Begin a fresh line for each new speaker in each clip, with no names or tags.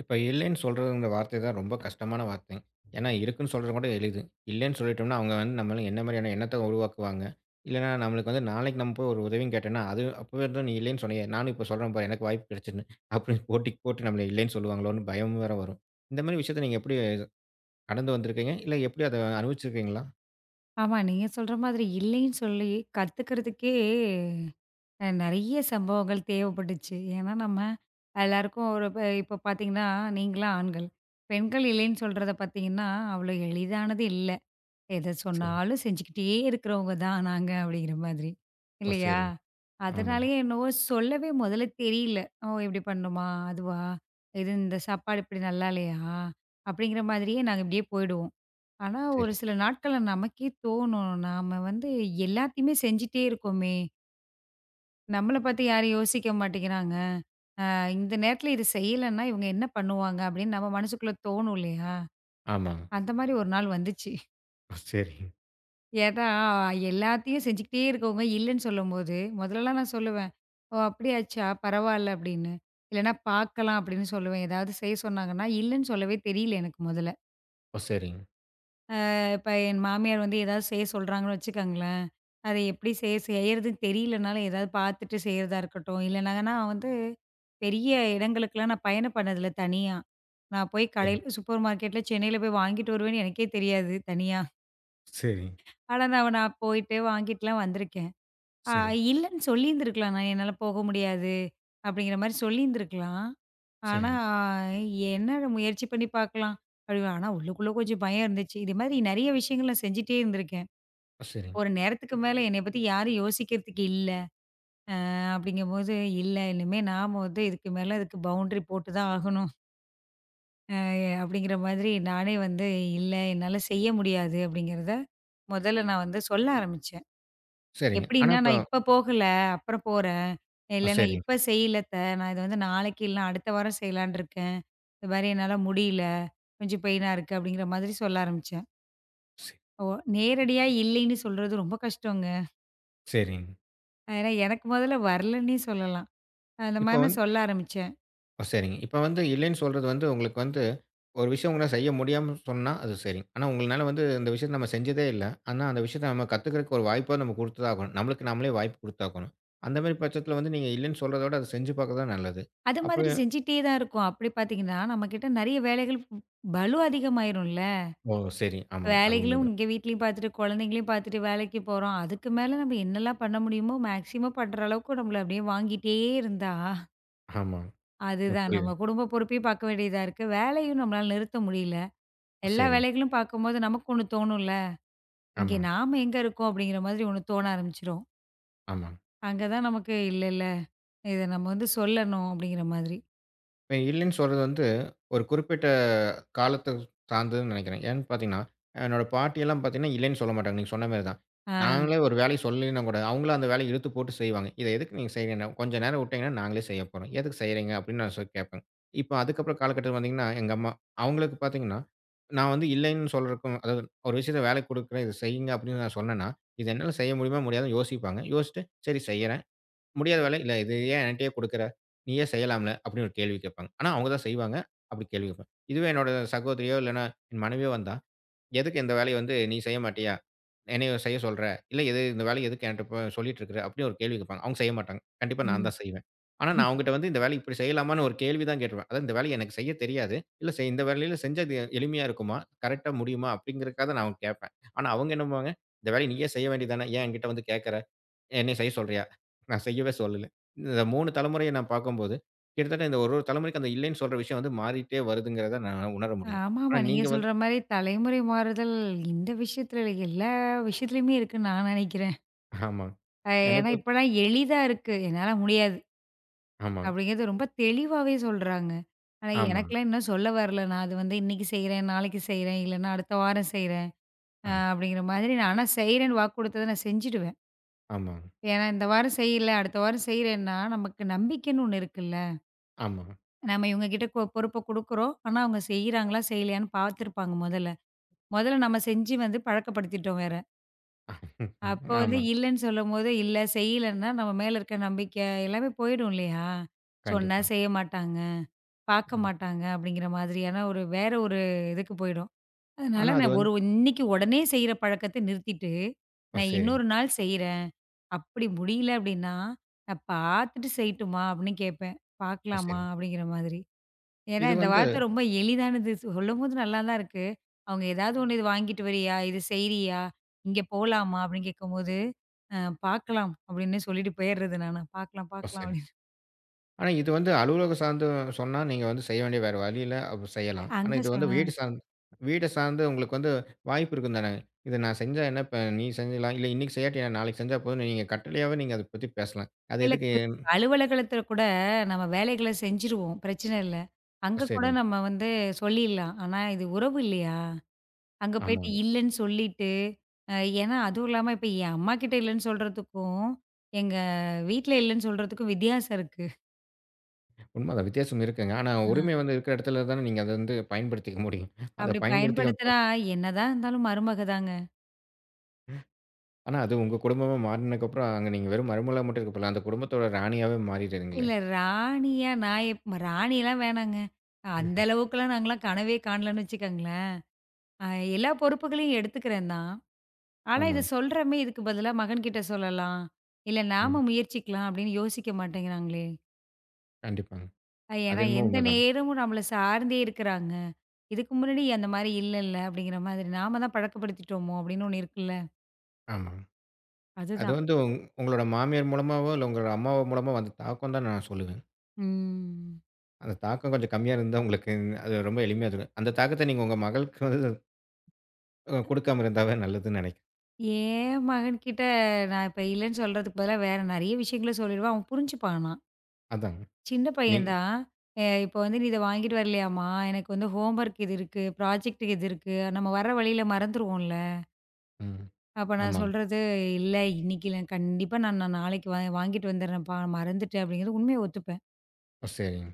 இப்ப இல்லைன்னு சொல்றதுங்கிற வார்த்தை தான் ரொம்ப கஷ்டமான வார்த்தை. ஏன்னா, இருக்குன்னு சொல்றது கூட எளிது. இல்லைன்னு சொல்லிட்டோம்னா, அவங்க வந்து நம்மள என்ன மாதிரியான எண்ணத்த உருவாக்குவாங்க? இல்லன்னா, நம்மளுக்கு வந்து நாளைக்கு நம்ம போய் ஒரு உதவின்னு கேட்டோம்னா, அது அப்பவே தான் நீ இல்லைன்னு சொன்னியே. நானும் இப்ப சொல்றேன் பாரு, எனக்கு வாய்ப்பு கிடைச்சுதுன்னு. அப்படின்னு போட்டிக்கு போட்டு நம்மள இல்லைன்னு சொல்லுவாங்களோன்னு பயம் வேற வரும். இந்த மாதிரி விஷயத்த நீங்க எப்படி கடந்து வந்திருக்கீங்க? இல்ல எப்படி அத அனுபவிச்சிருக்கீங்களா?
ஆமா. நீங்க சொல்ற மாதிரி இல்லைன்னு சொல்லி கத்துக்கிறதுக்கே நெறைய சம்பவங்கள் தேவைப்பட்டுச்சு. ஏன்னா நம்ம எல்லாருக்கும் ஒரு இப்ப இப்ப பார்த்தீங்கன்னா, நீங்கலாம் ஆண்கள். பெண்கள் இல்லைன்னு சொல்றத பார்த்தீங்கன்னா, அவ்வளோ எளிதானது இல்ல. எத
சரி.
சொன்னாலும் செஞ்சுக்கிட்டே இருக்கிறவங்க தான் நாங்க அப்படிங்கிற மாதிரி.
ஓ!
இல்லையா?
சரிங்க. ஆமாங்க.
அதனாலயே என்னவோ சொல்லவே முதல்ல தெரியல. "ஓ! இப்படி பண்ணணுமா? அதுவா? இது இந்த சாப்பாடு இப்படி நல்லா இல்லையா?" அப்படிங்கிற மாதிரியே நாங்க இப்படியே போயிடுவோம். ஆனா, ஒரு
சரிங்க.
சில நாட்கள்ல நமக்கே தோணும். நாம வந்து எல்லாத்தையுமே செஞ்சுட்டே இருக்கோமே! நம்மள பத்தி யாரும் யோசிக்க மாட்டேங்கிறாங்க. இந்த நேரத்துல இது செய்யலன்னா, இவங்க என்ன பண்ணுவாங்க? அப்படின்னு நம்ம மனசுக்குள்ள தோணும் இல்லையா?
ஆமாங்க.
அந்த மாரி ஒரு நாள் வந்துச்சு.
ஓ! சரிங்க.
ஏன்னா, எல்லாத்தையும் செஞ்சுக்கிட்டே இருக்கவங்க இல்லன்னு சொல்லும்போது, முதல்லலாம் நான் சொல்லுவேன், "ஓ! அப்படியாச்சா? பரவால்ல" அப்படின்னு. இல்லன்னா, "பார்க்கலாம்" அப்படின்னு சொல்லுவேன். ஏதாவது செய்ய சொன்னாங்கன்னா, இல்லன்னு சொல்லவே தெரியல எனக்கு முதல்ல.
ஓ! சரிங்க.
இப்ப என் மாமியார் வந்து ஏதாவது செய்ய சொல்றாங்கன்னு வச்சுக்கோங்களேன், அத எப்படி செய்யறதுன்னு தெரியலனாலும் ஏதாவது பார்த்துட்டு செய்றதா இருக்கட்டும். இல்லனா நான் வந்து பெரிய இடங்களுக்கெல்லாம் நான் பயணம் பண்ணதில்ல தனியா. நான் போய்
சரிங்க.
கடையில சூப்பர் மார்க்கெட்ல சென்னையில போய் வாங்கிட்டு வருவேன்னு எனக்கே தெரியாது தனியா.
சரிங்க.
ஆனா நான் நான் போயிட்டு வாங்கிட்டுலாம் வந்திருக்கேன். அ
சரிங்க.
இல்லன்னு சொல்லியிருந்திருக்கலாம் நான் என்னால போக முடியாது அப்படிங்கிற மாரி சொல்லியிருந்திருக்கலாம். ஆனா
சரிங்க.
என்ன முயற்சி பண்ணி பார்க்கலாம். அப்படி ஆனா உள்ளுக்குள்ள கொஞ்சம் பயம் இருந்துச்சு. இது மாதிரி நெறைய விஷயங்கள் நான் செஞ்சுட்டே இருந்திருக்கேன்.
ஓ! சரிங்க.
ஒரு நேரத்துக்கு மேல என்னைய பத்தி யாரும் யோசிக்கிறதுக்கு இல்ல. அப்படிங்கும்போது, "இல்ல இனிமே நாம வந்து இதுக்கு மேல இதுக்கு பவுண்டரி போட்டு தான் ஆகணும்." அப்படிங்கிற மாதிரி நானே வந்து, "இல்ல என்னால செய்ய முடியாது." அப்படிங்கிறத முதல்ல நான் வந்து சொல்ல ஆரம்பிச்சேன்.
சரிங்க. ஆனா
எப்படின்னா,
இப்ப
"நான் இப்ப போகல, அப்புறம் போறேன்.
ஓ!
இல்ல நான்
சரிங்க.
இப்ப செய்யல அத்த. நான் இத வந்து நாளைக்கு இல்ல அடுத்த வாரம் செய்யலான்னு இருக்கேன். இந்த மாரி என்னால முடியல. கொஞ்சம் பெயினா இருக்கு." அப்படிங்கிற மாதிரி சொல்ல ஆரம்பிச்சேன்.
சரி.
ஓ நேரடியா இல்லைன்னு சொல்றது ரொம்ப கஷ்டங்க.
சரிங்க.
ஏன்னா எனக்கு முதல்ல வரலன்னே சொல்லலாம். அந்த
இப்ப
மாரி
வந்து
சொல்ல ஆரம்பிச்சேன்.
ஓ சரிங்க. இப்ப வந்து இல்லைன்னு சொல்றது வந்து உங்களுக்கு வந்து ஒரு விஷயம் உங்களால செய்ய முடியாம சொன்னா அது சரிங்க. ஆனா உங்கனால வந்து இந்த விஷயத்த நம்ம செஞ்சதே இல்ல. ஆனா அந்த விஷயத்த நம்ம கத்துக்கிறதுக்கு ஒரு வாய்ப்பா நம்ம குடுத்துதான் ஆகணும். நம்மளுக்கு நாமளே வாய்ப்பு குடுத்தாகணும். அந்த மாரி பட்சத்துல வந்து நீங்க இல்லைன்னு சொல்றத விட அத செஞ்சு பார்க்கறது தான் நல்லது.
அது
அப்ப
மாதிரி செஞ்சுட்டே தான் இருக்கோம். அப்படி பார்த்தீங்கன்னா, நம்மகிட்ட நெறைய வேலைகள் பலு அதிகமாயிரும்ல.
ஓ! சரி. ஆமாங்க. அது
வேலைகளும்
உண்மதான்.
இங்க வீட்லயும் பார்த்துட்டு, குழந்தைங்களையும் பார்த்துட்டு வேலைக்கு போறோம். அதுக்கு மேல நம்ம என்னலாம் பண்ண முடியுமோ மேக்ஸிமம் பண்ற அளவுக்கு நம்மள அப்படியே வாங்கிட்டே இருந்தா,
ஆமாங்க. எனக்கு
அதுதான் நம்ம
புரியுதுங்க.
குடும்ப பொறுப்பையும் பார்க்க வேண்டியதா இருக்கு. வேலையும் நம்மளால நிறுத்த முடியல. எல்லா
சரிங்க.
வேலைகளும் பார்க்கும்போது நமக்கு ஒண்ணு தோணும்ல. இங்க
ஆமாங்க.
நாம எங்க இருக்கோம் அப்படிங்கிற மாதிரி ஒண்ணு தோண ஆரம்பிச்சுரும்.
ஆமா.
அங்க தான் நமக்கு இல்ல இல்ல இத நம்ம வந்து சொல்லணும் அப்படிங்கிற மாதிரி.
இப்ப இல்லைன்னு சொல்றது வந்து, ஒரு குறிப்பிட்ட காலத்த சார்ந்ததுன்னு நெனைக்கிறேன். ஏன்னு பார்த்தீங்கன்னா, என்னோட பாட்டியெல்லாம் பார்த்தீங்கன்னா, இல்லைன்னு சொல்ல மாட்டாங்க. நீங்க சொன்ன மாரி தான்.
ஆ.
நாங்களே ஒரு வேலைய சொல்லலைன்னா கூட, அவங்களும் அந்த வேலைய இழுத்து போட்டு செய்வாங்க. "இத எதுக்கு நீங்க செய்றீங்கன்னா, கொஞ்ச நேரம் விட்டீங்கன்னா நாங்களே செய்யப் போறோம். எதுக்கு செய்றீங்க?" அப்படின்னு நான் சொல்லி கேட்பேன். இப்ப அதுக்கப்புறம் காலகட்டத்துல பார்த்தீங்கன்னா, எங்க அம்மா அவங்களுக்கு பார்த்தீங்கன்னா, நான் வந்து இல்லைன்னு சொல்றதுக்கும் அதாவது ஒரு விஷயத்த வேலைக்கு குடுக்குறேன், "இத செய்யுங்க" அப்படின்னு நான் சொன்னேன்னா, "இது என்னால செய்ய முடியுமா? முடியாதான்னு" யோசிப்பாங்க. யோசிச்சுட்டு, "சரி செய்யறேன்." முடியாத வேலை, "இல்ல இது ஏன் என்ட்டயே குடுக்குற? நீயே செய்யலாம்ல?" அப்படின்னு ஒரு கேள்வி கேட்பாங்க. ஆனா அவங்க தான் செய்வாங்க. அப்படி கேள்வி கேட்பாங்க. இதுவே என்னோட சகோதரியோ இல்லன்னா என் மனைவியோ வந்தா, "எதுக்கு இந்த வேலைய வந்து நீ செய்ய மாட்டியா? என்னைய செய்ய சொல்ற? இல்ல எது இந்த வேலைய எதுக்கு என்ட்ட இப்ப சொல்லிட்டு இருக்கிற?" அப்படின்னு ஒரு கேள்வி கேட்பாங்க. அவங்க செய்ய மாட்டாங்க. கண்டிப்பா நான்
ம்.
தான் செய்வேன். ஆனா நான் அவங்ககிட்ட வந்து இந்த வேலை இப்படி செய்யலாமான்னு ஒரு கேள்வி தான் கேட்டுருவேன். அதாவது இந்த வேலைய எனக்கு செய்ய தெரியாது. இல்ல செய் இந்த வேலையில செஞ்சா இது எளிமையா இருக்குமா? கரெக்ட்டா முடியுமா? அப்படிங்கிறதுக்காக தான் நான் அவங்க கேட்பேன். ஆனா அவங்க என்ன பண்ணுவாங்க, "இந்த வேலைய நீயே செய்ய வேண்டியது தானே? ஏன் என்கிட்ட வந்து கேட்கற?" என்னைய செய்ய சொல்றியா? நான் செய்யவே சொல்லல. இந்த 3 தலைமுறைய நான் பார்க்கும்போது, கிட்டத்தட்ட இந்த ஒரு ஒரு தலைமுறைக்கு அந்த இல்லைன்னு சொல்ற விஷயம் வந்து மாறிட்டே வருதுங்கிறத நான் உணர முடியுது.
ஆமாமா.
ஆனா
நீங்க
நீங்க வந்து
சொல்ற மாரி தலைமுறை மாறுதல் இந்த விஷயத்துல இல்ல. எல்லா விஷயத்துலயுமே இருக்குன்னு நான் நினைக்கிறேன்.
ஆமாங்க.
அ
என்னை
ஏன்னா
பொறுத்
இப்பலாம் எளிதா இருக்கு. என்னால முடியாது.
ஆமாங்க,
அப்படிங்கிறது ரொம்ப தெளிவாவே சொல்றாங்க. ஆனா
ஆமாங்க,
எனக்கெல்லாம் இன்னும் சொல்ல வரல. நான் அது வந்து இன்னைக்கு செய்றேன், நாளைக்கு செய்றேன், இல்லன்னா அடுத்த வாரம் செய்றேன். அப்படிங்கிற மாதிரி நான் ஆனா செய்றேன்னு வாக்கு கொடுத்தத நான் செஞ்சுடுவேன்.
ஆமா, ஆமாங்க,
ஏன்னா இந்த வாரம் செய்யல, அடுத்த வாரம் செய்றேன்னா நமக்கு நம்பிக்கைன்னு ஒண்ணு இருக்குல்ல.
ஆமாங்க, ஆமாங்க,
நம்ம இவங்க கிட்ட பொறுப்ப குடுக்குறோம். ஆனா அவங்க செய்றாங்களா, செய்யலையான்னு பார்த்துருப்பாங்க முதல்ல. முதல்ல நம்ம செஞ்சு வந்து பழக்கப்படுத்திட்டோம் வேற. அப்ப வந்து
ஆமாங்க.
இல்லன்னு சொல்லும்போது, இல்ல செய்யலன்னா, நம்ம மேல இருக்க நம்பிக்கை எல்லாமே போயிடும் இல்லையா? சொன்னா
கண்டிப்பாங்க.
செய்ய மாட்டாங்க, பார்க்க
ம்.
மாட்டாங்க அப்படிங்கிற மாதிரியான ஒரு வேற ஒரு இதுக்கு போயிடும். அதனால
ஆனா அது
நான்
வந்து
ஒரு இன்னைக்கு உடனே செய்ற பழக்கத்த நிறுத்திட்டு,
ஓ!
நான்
சரிங்க,
இன்னொரு நாள் செய்றேன். அப்படி முடியல அப்படின்னா, நான் பார்த்துட்டு செய்யட்டுமா அப்படின்னு கேட்பேன்.
ஓ!
பார்க்கலாமா
சரிங்க.
அப்படிங்கிற மாதிரி. ஏன்னா,
இது
இந்த
வந்து
வார்த்தை ரொம்ப எளிதானது. சொல்லும்போது நல்லா தான் இருக்கு. அவங்க ஏதாவது ஒண்ணு "இது வாங்கிட்டு வரியா? இது செய்றியா? இங்க போலாமா?" அப்படின்னு கேட்கும்போது, "அ பார்க்கலாம்" அப்படின்னு சொல்லிட்டு போயிர்றது நானு. "பார்க்கலாம்,
ஓ!
பார்க்கலாம்"
சரிங்க.
அப்படின்னு.
ஆனா, இது வந்து அலுவலகம் சார்ந்து சொன்னா, நீங்க வந்து செய்ய வேண்டிய வேற வழி இல்ல. அப்ப செய்யலாம். ஆனா,
அங்க
இது
சொ
வந்து
அ
வீடு சார்ந்து வீட சார்ந்து உங்களுக்கு வந்து வாய்ப்பு இருக்கும் தானே. இத நான் செஞ்சா என்ன இப்ப நீ செஞ்சிடலாம். இல்ல இன்னைக்கு செய்யாட்டி என்ன நாளைக்கு செஞ்சா போதும்னு நீங்க கட்டளையாவே நீங்க அத பத்தி பேசலாம். அது
இல்ல
எதுக்கு
கு- அலுவலகத்துல கூட நம்ம வேலைகள செஞ்சுருவோம். பிரச்சனை இல்ல. அங்க கூட
சரி.
நம்ம வந்து சொல்லிடலாம். ஆனா, இது உறவு இல்லையா? அங்க
ஆமா.
போயிட்டு இல்லன்னு சொல்லிட்டு, அ ஏன்னா அதுவும் இல்லாம இப்ப என் அம்மாகிட்ட இல்லன்னு சொல்றதுக்கும், எங்க வீட்ல இல்லன்னு சொல்றதுக்கும் வித்தியாசம் இருக்கு.
உண்மதான் வித்தியாசம் இருக்குங்க. ஆனா, உரிமை வந்து இருக்கிற இடத்துல தானே நீங்க அத வந்து பயன்படுத்திக்க முடியும். அத
அப்படி பயன்படுத்துனா,
பயன்படுத்திக்க
என்னதான் இருந்தாலும் மருமக தாங்க.
ஆனா, அது உங்க குடும்பமா மாறுனதுக்கப்புறம் அங்க நீங்க வெறும் மருமகளா மட்டும் இருக்க போல. அந்த குடும்பத்தோட ராணியாவே மாறிடுறீங்களே.
இல்ல ராணியா நான் எப் ராணிலாம் வேணாங்க. அந்த அளவுக்குலாம் நாங்கலாம் கனவே காணலன்னு வச்சுக்கோங்களேன். அ எல்லா பொறுப்புகளையும் எடுத்துக்கிறேன் தான். ஆனா, இத
ஆமாங்க.
சொல்றோமே இதுக்கு பதிலா மகன்கிட்ட சொல்லலாம். இல்ல நாம
ம்.
முயற்சிக்கலாம் அப்படின்னு யோசிக்க மாட்டேங்கிறாங்களே.
கண்டிப்பாங்க.
ஏன்னா
அது என்னமோ
எந்த
உண்மதாங்க.
நேரமும் நம்மள சார்ந்தே இருக்கிறாங்க. இதுக்கு முன்னாடி அந்த மாரி இல்லல்ல அப்படிங்கிற மாதிரி. நாம தான் பழக்கப்படுத்திட்டோமோ அப்படின்னு ஒண்ணு இருக்குல்ல.
ஆமா. அது
அதுதான்.
வந்து உங்களோட மாமியார் மூலமாவோ, இல்ல உங்களோட அம்மாவு மூலமா வந்த தாக்கம் தான் நான் சொல்லுவேன்.
ம்.
அந்த தாக்கம் கொஞ்சம் கம்மியா இருந்தா உங்களுக்கு அது ரொம்ப எளிமையா இருக்கும். அந்த தாக்கத்த நீங்க உங்க மகளுக்கு வந்து அ குடுக்காம இருந்தாவே நல்லதுன்னு நெனைக்கிறேன்.
என் மகன்கிட்ட நான் இப்ப இல்லன்னு சொல்றதுக்கு பதிலா வேற நெறைய விஷயங்கள சொல்லிடுவேன். அவன் புரிஞ்சுப்பான் ஆனா.
அதாங்க.
சின்ன பையன்
நீங்
தான். இப்ப வந்து நீ இத வாங்கிட்டு வரலையாம்மா? எனக்கு வந்து ஹோம்வொர்க் இது இருக்கு, ப்ராஜெக்ட் இது இருக்கு." நம்ம வர வழியில மறந்துருவோம்ல.
ம்.
அப்ப நான்
ஆமாங்க.
சொல்றது, "இல்ல இன்னைக்கு நான் கண்டிப்பா நான் நான் நாளைக்கு வாங்கிட்டு வந்துடுறேன்ப்பா. மறந்துட்டேன்." அப்படிங்கிறது உண்மைய ஒத்துப்பேன்.
ஓ! சரிங்க.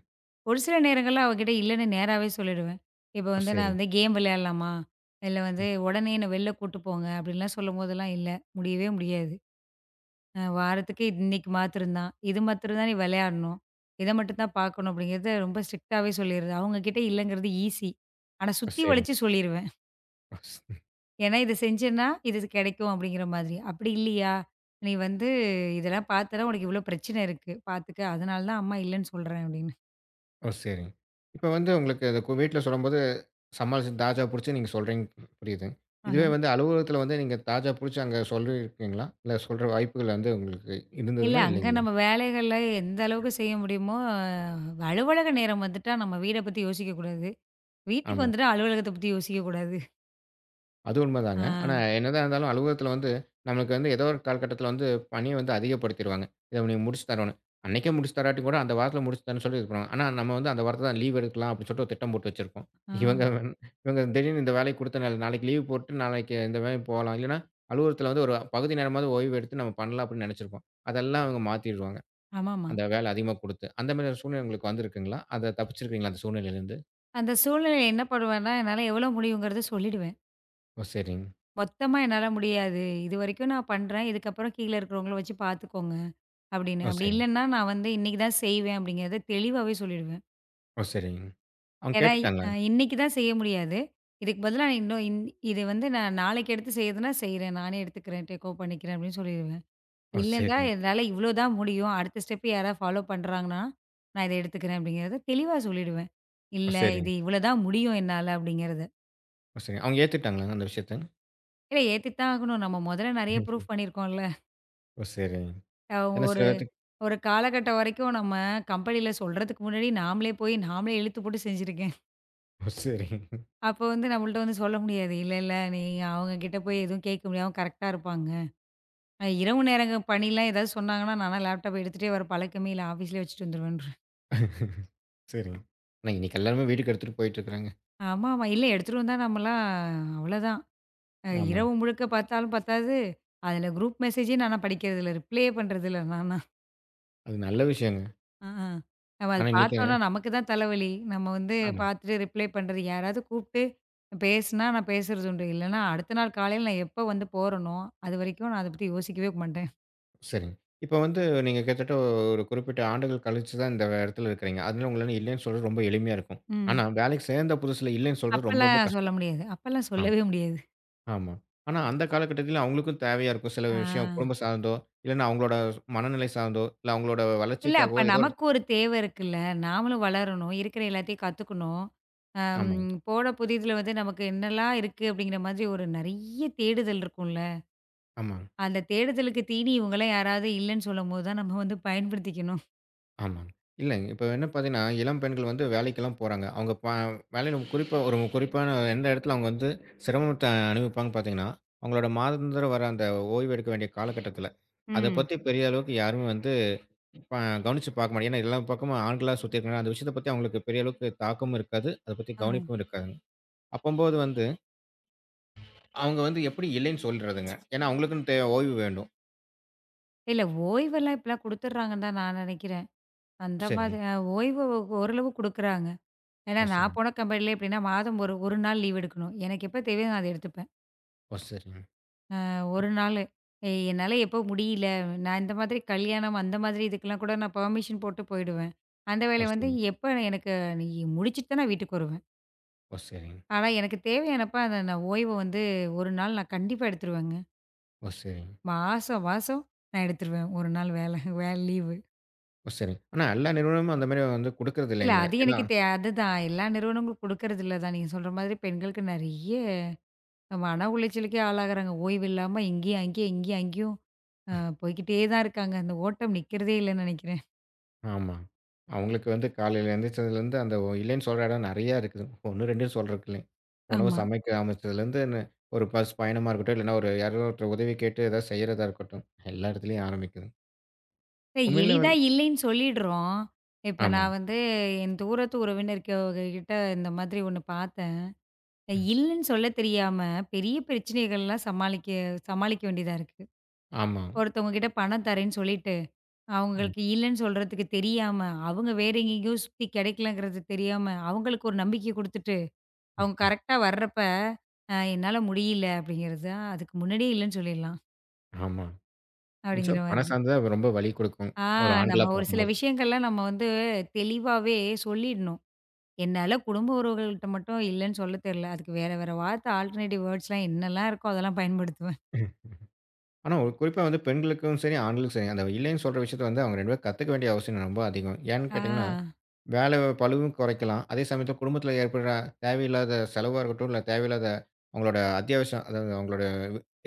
ஒரு சில நேரங்கள்ல அவகிட்ட இல்லன்னு நேராவே சொல்லிடுவேன். இப்ப
ஓ!
வந்து நான்
சரிங்க.
வந்து கேம் விளையாடலாமா? இல்ல வந்து
ம்.
உடனே என்ன வெளில கூட்டு போங்க அப்படின்லாம் சொல்லும்போதெல்லாம், "இல்ல முடியவே முடியாது." வாரத்துக்கு இன்னைக்கு மாத்திரம் தான். இது மாத்திரம் தான் நீ விளையாடணும். இத மட்டும் தான் பார்க்கணும் அப்படிங்கிறத ரொம்ப ஸ்ட்ரிக்டாவே சொல்லிடுறது. அவங்க கிட்ட இல்லங்கிறது ஈஸி. ஆனா
ஓ!
சுத்தி
சரிங்க.
வளைச்சு சொல்லிருவேன்.
ஓ! ஸ்
ஏன்னா இத செஞ்சேன்னா இது கிடைக்கும் அப்படிங்கிற மாதிரி. அப்படி இல்லையா? நீ வந்து இதெல்லாம் பார்த்தன்னா உனக்கு இவ்ளோ பிரச்சனை இருக்கு. பார்த்துக்க. அதனால தான் அம்மா இல்லன்னு சொல்றேன் அப்படின்னு.
ஓ! சரிங்க. இப்ப வந்து உங்களுக்கு அது வீட்ல சொல்லும்போது சமாளிச்சு தாஜா புடிச்சு நீங்க சொல்றீங்க. புரியுது.
ஆஹ.
இதுவே வந்து அலுவலகத்துல வந்து நீங்க தாஜா புடிச்சு அங்க சொல்லியிருக்கீங்களா? இல்ல சொல்ற வாய்ப்புகள் வந்து உங்களுக்கு
இல்ல
இருந்ததுங்களா?
அங்க
இல்லைங்களா?
நம்ம வேலைகள்ல எந்த அளவுக்கு செய்ய முடியுமோ அலுவலக நேரம் வந்துட்டா நம்ம வீட பத்தி யோசிக்கக்கூடாது. வீட்டுக்கு
ஆமா.
வந்துட்டா அலுவலகத்த பத்தி யோசிக்கக்கூடாது.
அது உண்மைதாங்க.
ஆ.
ஆனா, என்னதான் இருந்தாலும் அலுவலகத்தில வந்து, நமக்கு வந்து ஏதோ ஒரு காலகட்டத்தில வந்து பணிய வந்து அதிகப்படுத்திருவாங்க. இத நீ முடிச்சு தரணும். அன்னைக்கே முடிச்சு தராட்டி கூட, அந்த வாரத்தில முடிச்சு தரேன்னு சொல்லி இது பண்ணுவாங்க. ஆனா, நம்ம வந்து அந்த வாரத்தில தான் லீவ் எடுக்கலாம் அப்படின்னு சொல்லிட்டு ஒரு திட்டம் போட்டு வச்சிருப்போம். இவங்க
ஆ.
வந் இவங்க திடீர்னு இந்த வேலைய குடுத்தனால, நாளைக்கு லீவ் போட்டு நாளைக்கு இந்த வேலை போலாம். இல்லன்னா, அலுவலகத்தில வந்து ஒரு பகுதி நேரமாவது ஓய்வு எடுத்து நம்ம பண்ணலாம் அப்படின்னு நெனச்சிருப்போம். அதெல்லாம் அவங்க மாத்திருவாங்க.
ஆமாமா.
அந்த வேலை அதிகமா குடுத்து. அந்த மாரி ஒரு சூழ்நிலை உங்களுக்கு வந்திருக்குங்களா? அத தப்பிச்சிருக்கீங்களா அந்த சூழ்நிலையிலருந்து?
அந்த சூழ்நிலையில என்ன பண்ணுவேன்னா, என்னால எவ்வளோ முடியுங்கிறத சொல்லிடுவேன்.
ஓ! சரிங்க.
மொத்தமா என்னால முடியாது. இதுவரைக்கும் நான் பண்றேன். இதுக்கப்புறம் கீழ இருக்கிறவங்கள வச்சு பார்த்துக்கோங்க அப்படின்னு.
ஓ!
அப்படி
சரிங்க.
இல்லன்னா, நான் வந்து இன்னைக்கு தான் செய்வேன் அப்படிங்கிறத தெளிவாவே சொல்லிடுவேன்.
ஓ! சரிங்க. அவங்க
ஏன்னா,
கேட்டுட்டாங்களா?
இன்னைக்கு தான் செய்ய முடியாது. இதுக்கு பதிலா இன்னும் இன் இது வந்து நான் நாளைக்கு எடுத்து செய்யறதுன்னா செய்றேன். நானே எடுத்துக்கிறேன். டேக் ஓவர் பண்ணிக்கிறேன் அப்படின்னு சொல்லிடுவேன்.
ஓ!
இல்லன்னா,
சரிங்க.
என்னால இவ்வளோ தான் முடியும். அடுத்த ஸ்டெப் யாராவது ஃபாலோ பண்றாங்கன்னா, நான் இத எடுத்துக்கிறேன் அப்படிங்கிறத தெளிவா சொல்லிடுவேன்.
ஓ!
இல்ல இது
சரிங்க.
இவ்வளோ தான் முடியும் என்னால அப்படிங்கிறத.
ஓ! சரிங்க. அவங்க ஏத்துக்கிட்டாங்களாங்க அந்த விஷயத்த?
இல்ல ஏத்தித் தான் ஆகணும். நம்ம முதல்ல நெறைய ப்ரூஃப் பண்ணியிருக்கோம்ல.
ஓ! சரிங்க.
அ
ஏன்னா சில
ஒரு
பேத்துக்கு
ஒரு காலகட்டம் வரைக்கும் நம்ம கம்பெனில சொல்றதுக்கு முன்னாடி நாமளே போய் நாமளே இழுத்து போட்டு செஞ்சிருக்கேன்.
ஓ! சரிங்க.
அப்போ வந்து நம்மள்ட்ட வந்து சொல்ல முடியாது. இல்ல, இல்ல நீங்க அவங்க கிட்ட போய் எதுவும் கேட்க முடியாது. கரெக்ட்டா இருப்பாங்க. இரவு நேரங்க பணிலாம் ஏதாவது சொன்னாங்கன்னா, நான்லாம் லேப்டாப் எடுத்துட்டே வர பழக்கமே இல்ல. ஆஃபீஸ்லயே வச்சுட்டு வந்துருவேன்றேன்.
சரிங்க. ஆனா இன்னைக்கு எல்லாருமே வீட்டுக்கு எடுத்துட்டு போயிட்டு இருக்கிறாங்க.
ஆமாமா. இல்ல எடுத்துட்டு வந்தா நம்மலாம் அவ்வளோதான்.
ஆமா.
இரவு முழுக்க பார்த்தாலும் பத்தாது. அதில குரூப் மெசேஜே நானா படிக்கிறதில்ல. ரிப்ளேயே பண்றதில்ல நான்.
அது நல்ல விஷயங்க.
ஆ, ஆ. நம்ம அத
ஆனா இன்னைக்கு
பார்த்தோம்னா நமக்கு தான் தலைவலி. நம்ம வந்து
ஆமா.
பார்த்துட்டு ரிப்ளை பண்றது யாராவது கூப்ட்டு பேசுனா நான் பேசுறது உண்டு. இல்லன்னா அடுத்த நாள் காலையில நான் எப்ப வந்து போறனோ, அதுவரைக்கும் நான் அத பத்தி யோசிக்கவே மாட்டேன்.
சரிங்க. இப்ப வந்து நீங்க கிட்டத்தட்ட ஒரு குறிப்பிட்ட ஆண்டுகள் கழிச்சு தான் இந்த இடத்துல இருக்கிறீங்க. அதனால உங்களால இல்லைன்னு சொல்றது ரொம்ப எளிமையா இருக்கும்.
ம்.
ஆனா வேலைக்கு சேர்ந்த புதுசுல இல்லைன்னு சொல்றது ரொம்ப ரொம்ப
அப்பலாம் சொல்ல
கஷ்டம்.
முடியாது. அப்பலாம்
ஆமா,
சொல்லவே முடியாது.
ஆமா. ஆனா அந்த
அ
காலகட்டத்தில அவங்களுக்கும் தேவையா இருக்கும் சில
ஆ.
விஷயம் குடும்பம் சார்ந்தோ, இல்லன்னா அவங்களோட மனநிலை சார்ந்தோ, இல்ல அவங்களோட
இல்ல அப்ப
வளர்ச்சிக்காகவோ ஏதோ ஒரு
நமக்கு ஒரு தேவை இருக்குல்ல. நாமளும் வளரணும். இருக்கிற எல்லாத்தையும் கத்துக்கணும். அம்
ஆமா.
போன புதிதுல வந்து நமக்கு என்னலாம் இருக்கு அப்படிங்கிற மாதிரி ஒரு நெறைய தேடுதல் இருக்கும்ல.
ஆமாங்க,
அந்த தேடுதலுக்கு தீனி இவங்கலாம் யாராவது இல்லன்னு சொல்லும்போது தான் நம்ம வந்து பயன்படுத்திக்கணும்.
ஆமாங்க. இல்லங்க. இப்ப என்ன பார்த்தீங்கன்னா, இளம் பெண்கள் வந்து வேலைக்கெல்லாம் போறாங்க. அவங்க ப வேலையில குறிப்பா ஒரு குறிப்பான எந்த இடத்துல அவங்க வந்து சிரமத்த அனுபவிப்பாங்கன்னு பார்த்தீங்கன்னா, அவங்களோட மாதாந்திரம் வர அந்த ஓய்வு எடுக்க வேண்டிய காலகட்டத்தில, அத
ம்.
பத்தி பெரிய அளவுக்கு யாருமே வந்து ப கவனிச்சு பார்க்க மாட்டாங்க. ஏன்னா எல்லா பக்கமும் ஆண்களா சுத்தியிருக்கனால, அந்த விஷயத்த பத்தி அவங்களுக்கு பெரிய அளவுக்கு தாக்கமும் இருக்காது. அத பத்தி
ஆ.
கவனிப்பும் இருக்காதுங்க. அப்பம்போது வந்து அவங்க வந்து எப்படி இல்லைன்னு சொல்றதுங்க? ஏன்னா அவங்களுக்குன்னு தே ஓய்வு வேண்டும்.
இல்ல ஓய்வெல்லாம் இப்பலாம் குடுத்துடுறாங்கன்னு தான் நான் நெனைக்கிறேன். அந்த
சரிங்க.
மாதிரி ஓய்வு ஓரளவு குடுக்குறாங்க. ஏன்னா
ஓ!
நான்
சரிங்க.
போன கம்பெனில எப்படின்னா, மாதம் ஒரு 1 நாள் லீவ் எடுக்கணும். எனக்கு எப்ப தேவையோ நான் அத எடுத்துப்பேன்.
ஓ! சரிங்க.
1 நாளு. என்னால எப்போ முடியல, நான் இந்த மாதிரி கல்யாணம் அந்த மாதிரி இதுக்கெல்லாம் கூட நான் பெர்மிஷன் போட்டு போயிடுவேன். அந்த
ஓ!
வேலை வந்து
சரிங்க.
எப்ப எனக்கு நீ முடிச்சுட்டு தான் நான் வீட்டுக்கு வருவேன்.
ஓ! சரிங்க. ஓ! சரிங்க.
ஆனா எனக்கு தேவையானப்ப அத நான் ஓய்வ வந்து 1 நாள் நான் கண்டிப்பா எடுத்துருவேங்க.
ஓ! சரிங்க.
மாசம் மாசம் நான் எடுத்துருவேன் 1 நாள் வேல வே லீவு.
ஓ! சரிங்க. ஆனா எல்லா நிறுவனமும் அந்த மாரி வந்து குடுக்குறது
இல்ல
இல்லைங்களே?
அது
ஏன்னா
எனக்கு அதுதான். எல்லா நிறுவனங்களும் குடுக்கறதில்ல தான். நீங்க சொல்ற மாதிரி பெண்களுக்கு நெறைய மன உளைச்சலுக்கே ஆளாகுறாங்க. ஓய்வு இல்லாம இங்கேயும், அங்கேயும், இங்கேயும், அங்கேயும் அ போய்க்கிட்டே தான் இருக்காங்க. அந்த ஓட்டம் நிக்கிறதே இல்லன்னு நெனைக்கிறேன்.
ஆமா. அவங்களுக்கு வந்து காலையில எந்திரிச்சதுலேருந்து அந்த ஒ இல்லைன்னு சொல்ற இடம் நெறையா இருக்குது. 1, 2ன்னு சொல்றதுக்கு இல்லைங்க. உணவு
ஆமா.
சமைக்க ஆரம்பிச்சதுலேருந்து ந ஒரு பஸ் பயணமா இருக்கட்டும், இல்லன்னா ஒரு யாரோ ஒருத்தர் உதவி கேட்டு ஏதாவது செய்றதா இருக்கட்டும். எல்லா இடத்துலயும் ஆரம்பிக்குது.
இப்ப
உண்மையிலே
எளிதா
வந்து
இல்லைன்னு சொல்லிடுறோம். இப்ப
ஆமா.
நான் வந்து என் தூரத்து உறவினர்க கிட்ட இந்த மாதிரி ஒண்ணு பார்த்தேன்.
ம்.
இல்லன்னு சொல்ல தெரியாம பெரிய பிரச்சனைகள்லாம் சமாளிக்க சமாளிக்க வேண்டியதா இருக்கு.
ஆமா.
ஒருத்தவங்க கிட்ட பணம் தரேன்னு சொல்லிட்டு,
ம்.
அவங்களுக்கு இல்லன்னு சொல்றதுக்கு தெரியாம, அவங்க வேற எங்கேங்கேயோ சுத்தி கிடைக்கலங்கிறது தெரியாம, அவங்களுக்கு ஒரு நம்பிக்கை குடுத்துட்டு, அவங்க கரெக்ட்டா வர்றப்ப, என்னால முடியல" அப்படிங்கிறது தான் அதுக்கு முன்னாடியே இல்லன்னு சொல்லிடலாம்.
ஆமா.
அப்படிங்கிற
நிச்சயம் பணம்
மாதிரி.
சார்ந்து தான் ரொம்ப வலி குடுக்கும்.
ஆ
ஒரு
நம்ம
ஆண்களா
ஒரு சில
பார்க்கும்போது.
விஷயங்கள்லாம் நம்ம வந்து தெளிவாவே சொல்லிடணும். என்னால குடும்ப உறவுகள்ட்ட மட்டும் இல்லன்னு சொல்ல தெரியல. அதுக்கு வேற வேற வார்த்தை ஆல்டர்னேட்டிவ் வேர்ட்ஸ்லாம் என்னலாம் இருக்கோ அதெல்லாம் பயன்படுத்துவேன்.
ம். ஆனா ஒரு குறிப்பா வந்து பெண்களுக்கும் சரி, ஆண்களுக்கும் சரி, அந்த இல்லைன்னு சொல்ற விஷயத்த வந்து அவங்க 2 பேரும் கத்துக்க வேண்டிய அவசியம் ரொம்ப அதிகம். ஏன்னு
ஆ,
கேட்டீங்கன்னா வேலை பளுவும் குறைக்கலாம். அதே சமயத்தில குடும்பத்தில ஏற்படுற தேவையில்லாத செலவா இருக்கட்டும், இல்ல தேவையில்லாத அவங்களோட அத்தியாவசியம் அதாவது அவங்களோட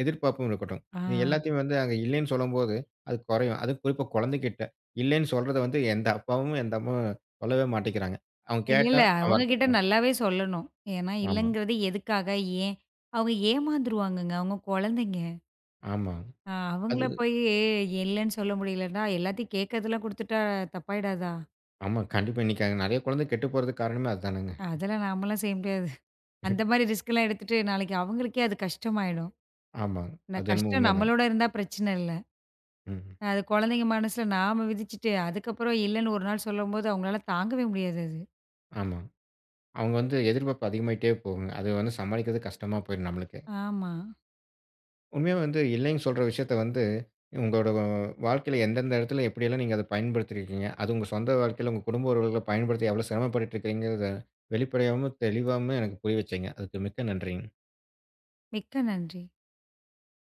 எதிர்பார்ப்பும் இருக்கட்டும்.
ஆ.
இது எல்லாத்தையும் வந்து அங்க இல்லைன்னு சொல்லும்போது, அது குறையும். அதுவும் குறிப்பா குழந்தைகிட்ட, இல்லைன்னு சொல்றத வந்து எந்த அப்பாவும், எந்த அம்மாவும் சொல்லவே மாட்டேங்கிறாங்க. அவங்க
இல்ல, இல்ல.
கேட்டா அவன்
அவங்க கிட்ட
வருத்தப்படுறான்.
நல்லாவே சொல்லணும். ஏன்னா,
ஆமா,
இல்லங்கிறது எதுக்காக? ஏன்? அவங்க ஏமாந்துருவாங்கங்க. அவங்க குழந்தைங்க.
ஆமா.
அ அவங்கள
அது
போயி இல்லன்னு சொல்ல முடியலன்னா, எல்லாத்தையும் கேட்கறதெல்லாம் குடுத்துட்டா தப்பாயிடாதா?
ஆமா. கண்டிப்பா இன்னைக்கு நெறைய குழந்தை கெட்டு போறதுக்கு காரணமே அதுதானங்க.
அதெல்லாம் நாமலாம் செய்ய முடியாது. அந்த மாரி ரிஸ்க்லாம் எடுத்துட்டு நாளைக்கு அவங்களுக்கே அது கஷ்டமாயிடும்.
ஆமாங்க.
இந்த
அது என்னமோ
கஷ்டம்
உண்மதாங்க.
நம்மளோட இருந்தா பிரச்சனை இல்ல.
ம்.
அது குழந்தைங்க மனசுல நாம விதிச்சுட்டு, அதுக்கப்புறம் இல்லன்னு ஒரு நாள் சொல்லும்போது அவங்களால தாங்கவே முடியாது அது.
ஆமா. அவங்க வந்து எதிர்பார்ப்பு அதிகமாயிட்டே போகுங்க. அது வந்து சமாளிக்கிறது கஷ்டமா போயிரும் நம்மளுக்கே.
ஆமா.
உண்மையா வந்து இல்லைன்னு சொல்ற விஷயத்த வந்து, உங்களோட வ வாழ்க்கையில எந்தெந்த இடத்துல எப்படியெல்லாம் நீங்க அத பயன்படுத்தியிருக்கீங்க? அது உங்க சொந்த வாழ்க்கையில உங்க குடும்ப உறவுகள பயன்படுத்தி எவ்வளோ சிரமப்பட்டுட்டு இருக்கிறீங்கிறத வெளிப்படையாவும், தெளிவாவும் எனக்கு புரிய வச்சீங்க. அதுக்கு மிக்க நன்றிங்க.
மிக்க நன்றி.